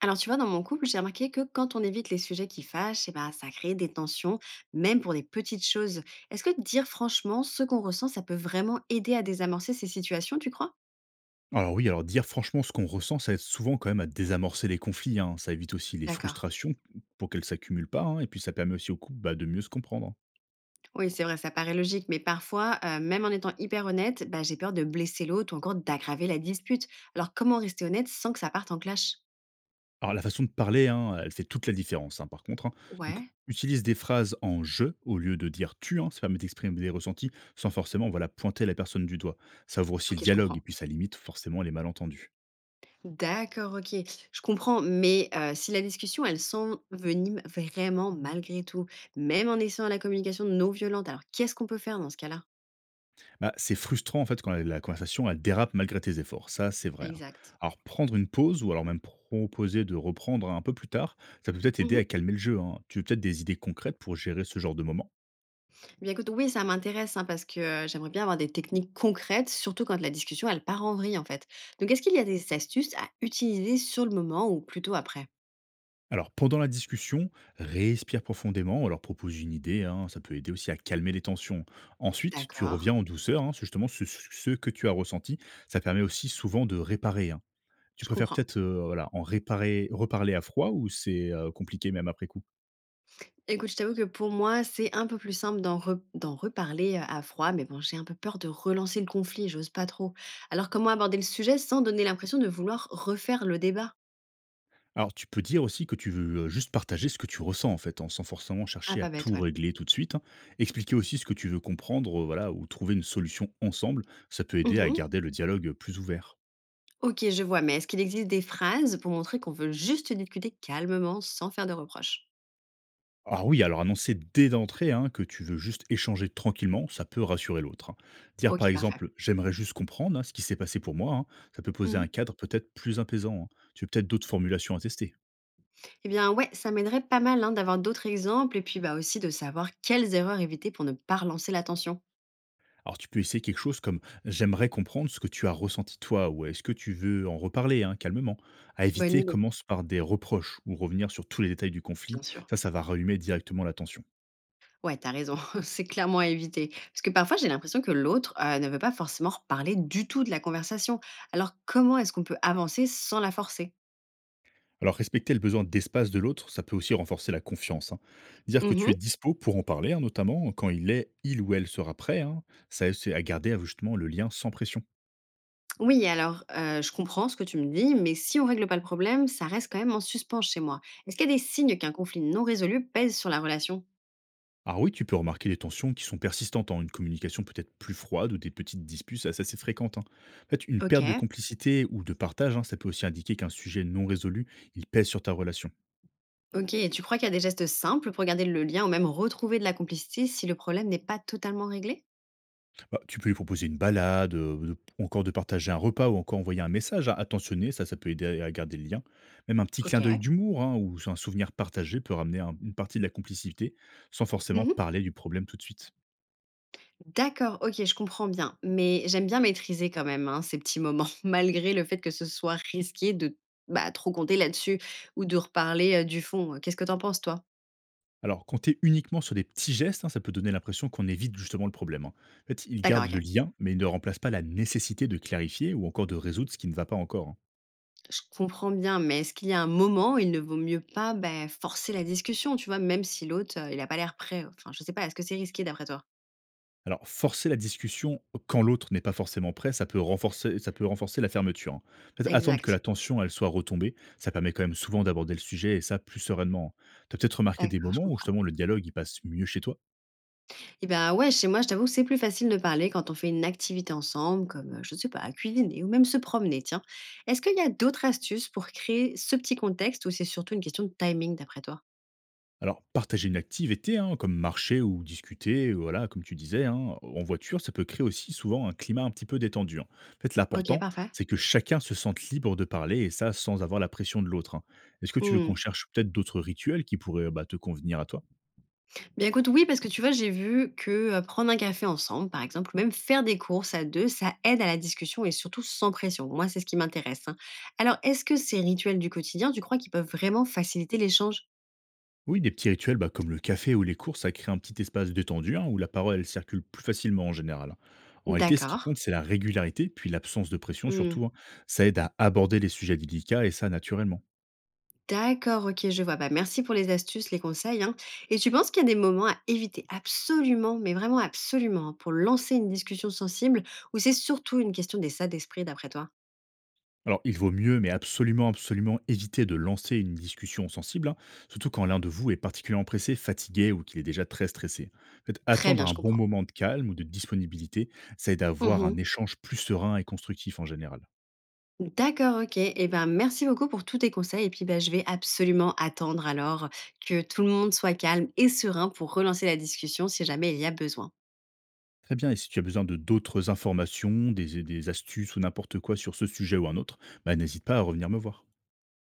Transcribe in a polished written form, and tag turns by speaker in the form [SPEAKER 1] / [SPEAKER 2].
[SPEAKER 1] Alors, tu vois, dans mon couple, j'ai remarqué que quand on évite les sujets qui fâchent, eh ben, ça crée des tensions, même pour des petites choses. Est-ce que dire franchement ce qu'on ressent, ça peut vraiment aider à désamorcer ces situations, tu crois?
[SPEAKER 2] Alors oui, alors dire franchement ce qu'on ressent, ça aide souvent quand même à désamorcer les conflits, hein. Ça évite aussi les
[SPEAKER 1] D'accord.
[SPEAKER 2] frustrations pour qu'elles s'accumulent pas, hein. Et puis ça permet aussi au couple bah, de mieux se comprendre.
[SPEAKER 1] Oui, c'est vrai, ça paraît logique, mais parfois, même en étant hyper honnête, bah, j'ai peur de blesser l'autre ou encore d'aggraver la dispute. Alors, comment rester honnête sans que ça parte en clash?
[SPEAKER 2] Alors la façon de parler, hein, elle fait toute la différence hein, par contre, hein. Donc
[SPEAKER 1] Ouais,
[SPEAKER 2] utilise des phrases en je au lieu de dire tu, hein. Ça permet d'exprimer des ressentis sans forcément voilà, pointer la personne du doigt. Ça ouvre aussi le
[SPEAKER 1] ok, je
[SPEAKER 2] dialogue et
[SPEAKER 1] comprends.
[SPEAKER 2] puis ça limite forcément les malentendus.
[SPEAKER 1] D'accord, OK. Je comprends, mais si la discussion, elle s'envenime vraiment malgré tout, même en essayant la communication non violente, alors qu'est-ce qu'on peut faire dans ce cas-là?
[SPEAKER 2] Bah, c'est frustrant en fait quand la conversation elle dérape malgré tes efforts, ça c'est vrai, hein.
[SPEAKER 1] Exact.
[SPEAKER 2] Alors prendre une pause ou alors même proposer de reprendre un peu plus tard, ça peut peut-être aider
[SPEAKER 1] Mmh.
[SPEAKER 2] à calmer le jeu, hein. Tu veux peut-être des idées concrètes pour gérer ce genre de moment?
[SPEAKER 1] Bien écoute, oui, ça m'intéresse, hein, parce que, j'aimerais bien avoir des techniques concrètes, surtout quand la discussion, elle part en vrille, en fait. Donc est-ce qu'il y a des astuces à utiliser sur le moment ou plutôt après?
[SPEAKER 2] Alors pendant la discussion, respire profondément, ou alors propose une idée, hein, ça peut aider aussi à calmer les tensions. Ensuite, tu
[SPEAKER 1] D'accord,
[SPEAKER 2] reviens en douceur, hein, c'est justement ce, ce que tu as ressenti, ça permet aussi souvent de réparer, hein. Tu
[SPEAKER 1] je
[SPEAKER 2] préfères
[SPEAKER 1] comprends.
[SPEAKER 2] peut-être voilà, en réparer, reparler à froid ou c'est compliqué même après coup?
[SPEAKER 1] Écoute, je t'avoue que pour moi, c'est un peu plus simple d'en reparler à froid, mais bon, j'ai un peu peur de relancer le conflit, j'ose pas trop. Alors, comment aborder le sujet sans donner l'impression de vouloir refaire le débat?
[SPEAKER 2] Alors, tu peux dire aussi que tu veux, juste partager ce que tu ressens, en fait, hein, sans forcément
[SPEAKER 1] Ah,
[SPEAKER 2] chercher à
[SPEAKER 1] pas bête,
[SPEAKER 2] tout
[SPEAKER 1] ouais.
[SPEAKER 2] régler tout de suite, hein. Expliquer aussi ce que tu veux comprendre, voilà, ou trouver une solution ensemble, ça peut aider à
[SPEAKER 1] Mhm.
[SPEAKER 2] garder le dialogue, plus ouvert.
[SPEAKER 1] Ok, je vois, mais est-ce qu'il existe des phrases pour montrer qu'on veut juste discuter calmement sans faire de reproches?
[SPEAKER 2] Ah oui, alors annoncer dès d'entrée hein, que tu veux juste échanger tranquillement, ça peut rassurer l'autre, hein. Dire, par
[SPEAKER 1] Ok, parfait.
[SPEAKER 2] exemple: «J'aimerais juste comprendre, hein, ce qui s'est passé pour moi», hein, ça peut poser un
[SPEAKER 1] Mhm.
[SPEAKER 2] cadre peut-être plus apaisant, hein. Tu as peut-être d'autres formulations à tester?
[SPEAKER 1] Eh bien, ouais, ça m'aiderait pas mal hein, d'avoir d'autres exemples et puis bah, aussi de savoir quelles erreurs éviter pour ne pas relancer la tension.
[SPEAKER 2] Alors tu peux essayer quelque chose comme «J'aimerais comprendre ce que tu as ressenti toi» ou «Est-ce que tu veux en reparler?» hein, calmement. À
[SPEAKER 1] Bonne
[SPEAKER 2] éviter,
[SPEAKER 1] idée,
[SPEAKER 2] commence par des reproches ou revenir sur tous les détails du conflit.
[SPEAKER 1] bien sûr.
[SPEAKER 2] Ça va rallumer directement la tension.
[SPEAKER 1] Ouais, t'as raison, c'est clairement à éviter. Parce que parfois, j'ai l'impression que l'autre ne veut pas forcément reparler du tout de la conversation. Alors, comment est-ce qu'on peut avancer sans la forcer?
[SPEAKER 2] Alors respecter le besoin d'espace de l'autre, ça peut aussi renforcer la confiance, hein. Dire que tu
[SPEAKER 1] Mhm.
[SPEAKER 2] es dispo pour en parler, hein, notamment quand il est, il ou elle sera prêt, hein, ça aide à garder justement le lien sans pression.
[SPEAKER 1] Oui, alors, je comprends ce que tu me dis, mais si on règle pas le problème, ça reste quand même en suspens chez moi. Est-ce qu'il y a des signes qu'un conflit non résolu pèse sur la relation?
[SPEAKER 2] Alors oui, tu peux remarquer des tensions qui sont persistantes, hein, une communication peut-être plus froide ou des petites disputes assez assez fréquentes, hein. En fait, une
[SPEAKER 1] Ok.
[SPEAKER 2] perte de complicité ou de partage, hein, ça peut aussi indiquer qu'un sujet non résolu, il pèse sur ta relation.
[SPEAKER 1] Ok, et tu crois qu'il y a des gestes simples pour garder le lien ou même retrouver de la complicité si le problème n'est pas totalement réglé?
[SPEAKER 2] Bah, tu peux lui proposer une balade, ou encore de partager un repas, ou encore envoyer un message à attentionner, ça peut aider à garder le lien. Même un petit
[SPEAKER 1] Ok.
[SPEAKER 2] clin d'œil d'humour, hein, ou un souvenir partagé peut ramener une partie de la complicité, sans forcément
[SPEAKER 1] Mhm.
[SPEAKER 2] parler du problème tout de suite.
[SPEAKER 1] D'accord, OK, je comprends bien, mais j'aime bien maîtriser quand même, hein, ces petits moments, malgré le fait que ce soit risqué de, bah, trop compter là-dessus ou de reparler, du fond. Qu'est-ce que t'en penses, toi?
[SPEAKER 2] Alors, compter uniquement sur des petits gestes, hein, ça peut donner l'impression qu'on évite justement le problème, hein. En fait, ils
[SPEAKER 1] D'accord,
[SPEAKER 2] gardent le
[SPEAKER 1] OK.
[SPEAKER 2] lien, mais ils ne remplacent pas la nécessité de clarifier ou encore de résoudre ce qui ne va pas encore, hein.
[SPEAKER 1] Je comprends bien, mais est-ce qu'il y a un moment où il ne vaut mieux pas, bah, forcer la discussion, tu vois? Même si l'autre, il a pas l'air prêt, enfin, je sais pas, est-ce que c'est risqué d'après toi?
[SPEAKER 2] Alors, forcer la discussion quand l'autre n'est pas forcément prêt, ça peut renforcer la fermeture, hein. En fait, attendre que
[SPEAKER 1] Exact.
[SPEAKER 2] la tension elle soit retombée, ça permet quand même souvent d'aborder le sujet et ça plus sereinement, hein. Tu as peut-être remarqué des
[SPEAKER 1] D'accord, je
[SPEAKER 2] moments où
[SPEAKER 1] comprends.
[SPEAKER 2] justement le dialogue il passe mieux chez toi?
[SPEAKER 1] Eh ben ouais, chez moi, je t'avoue que c'est plus facile de parler quand on fait une activité ensemble, comme, je ne sais pas, cuisiner ou même se promener, tiens. Est-ce qu'il y a d'autres astuces pour créer ce petit contexte ou c'est surtout une question de timing d'après toi?
[SPEAKER 2] Alors, partager une activité, hein, comme marcher ou discuter, voilà, comme tu disais, hein, en voiture, ça peut créer aussi souvent un climat un petit peu détendu, hein. En fait,
[SPEAKER 1] Ok,
[SPEAKER 2] l'important,
[SPEAKER 1] parfait.
[SPEAKER 2] c'est que chacun se sente libre de parler, et ça sans avoir la pression de l'autre, hein. Est-ce que tu veux qu'on
[SPEAKER 1] Hmm.
[SPEAKER 2] cherche peut-être d'autres rituels qui pourraient bah, te convenir à toi?
[SPEAKER 1] Bien écoute, oui, parce que tu vois, j'ai vu que prendre un café ensemble, par exemple, ou même faire des courses à deux, ça aide à la discussion et surtout sans pression. Moi, c'est ce qui m'intéresse. Hein. Alors, est-ce que ces rituels du quotidien, tu crois qu'ils peuvent vraiment faciliter l'échange?
[SPEAKER 2] Oui, des petits rituels bah, comme le café ou les courses, ça crée un petit espace détendu hein, où la parole elle circule plus facilement en général, hein. En réalité, ce qui
[SPEAKER 1] D'accord.
[SPEAKER 2] compte, c'est la régularité, puis l'absence de pression surtout, hein. Ça aide à aborder les sujets délicats et ça naturellement.
[SPEAKER 1] D'accord, OK, je vois. Bah, merci pour les astuces, les conseils, hein. Et tu penses qu'il y a des moments à éviter absolument, mais vraiment absolument, hein, pour lancer une discussion sensible ou c'est surtout une question d'état d'esprit d'après toi?
[SPEAKER 2] Alors, il vaut mieux, mais absolument, absolument éviter de lancer une discussion sensible, hein, surtout quand l'un de vous est particulièrement pressé, fatigué ou qu'il est déjà très stressé. En fait,
[SPEAKER 1] Très
[SPEAKER 2] attendre
[SPEAKER 1] bien, je
[SPEAKER 2] un bon
[SPEAKER 1] comprends.
[SPEAKER 2] moment de calme ou de disponibilité, ça aide à avoir un
[SPEAKER 1] Mmh.
[SPEAKER 2] échange plus serein et constructif en général.
[SPEAKER 1] D'accord, OK. Et ben, merci beaucoup pour tous tes conseils et puis, ben je vais absolument attendre alors que tout le monde soit calme et serein pour relancer la discussion si jamais il y a besoin.
[SPEAKER 2] Très bien, et si tu as besoin de d'autres informations, des astuces ou n'importe quoi sur ce sujet ou un autre, bah, n'hésite pas à revenir me voir.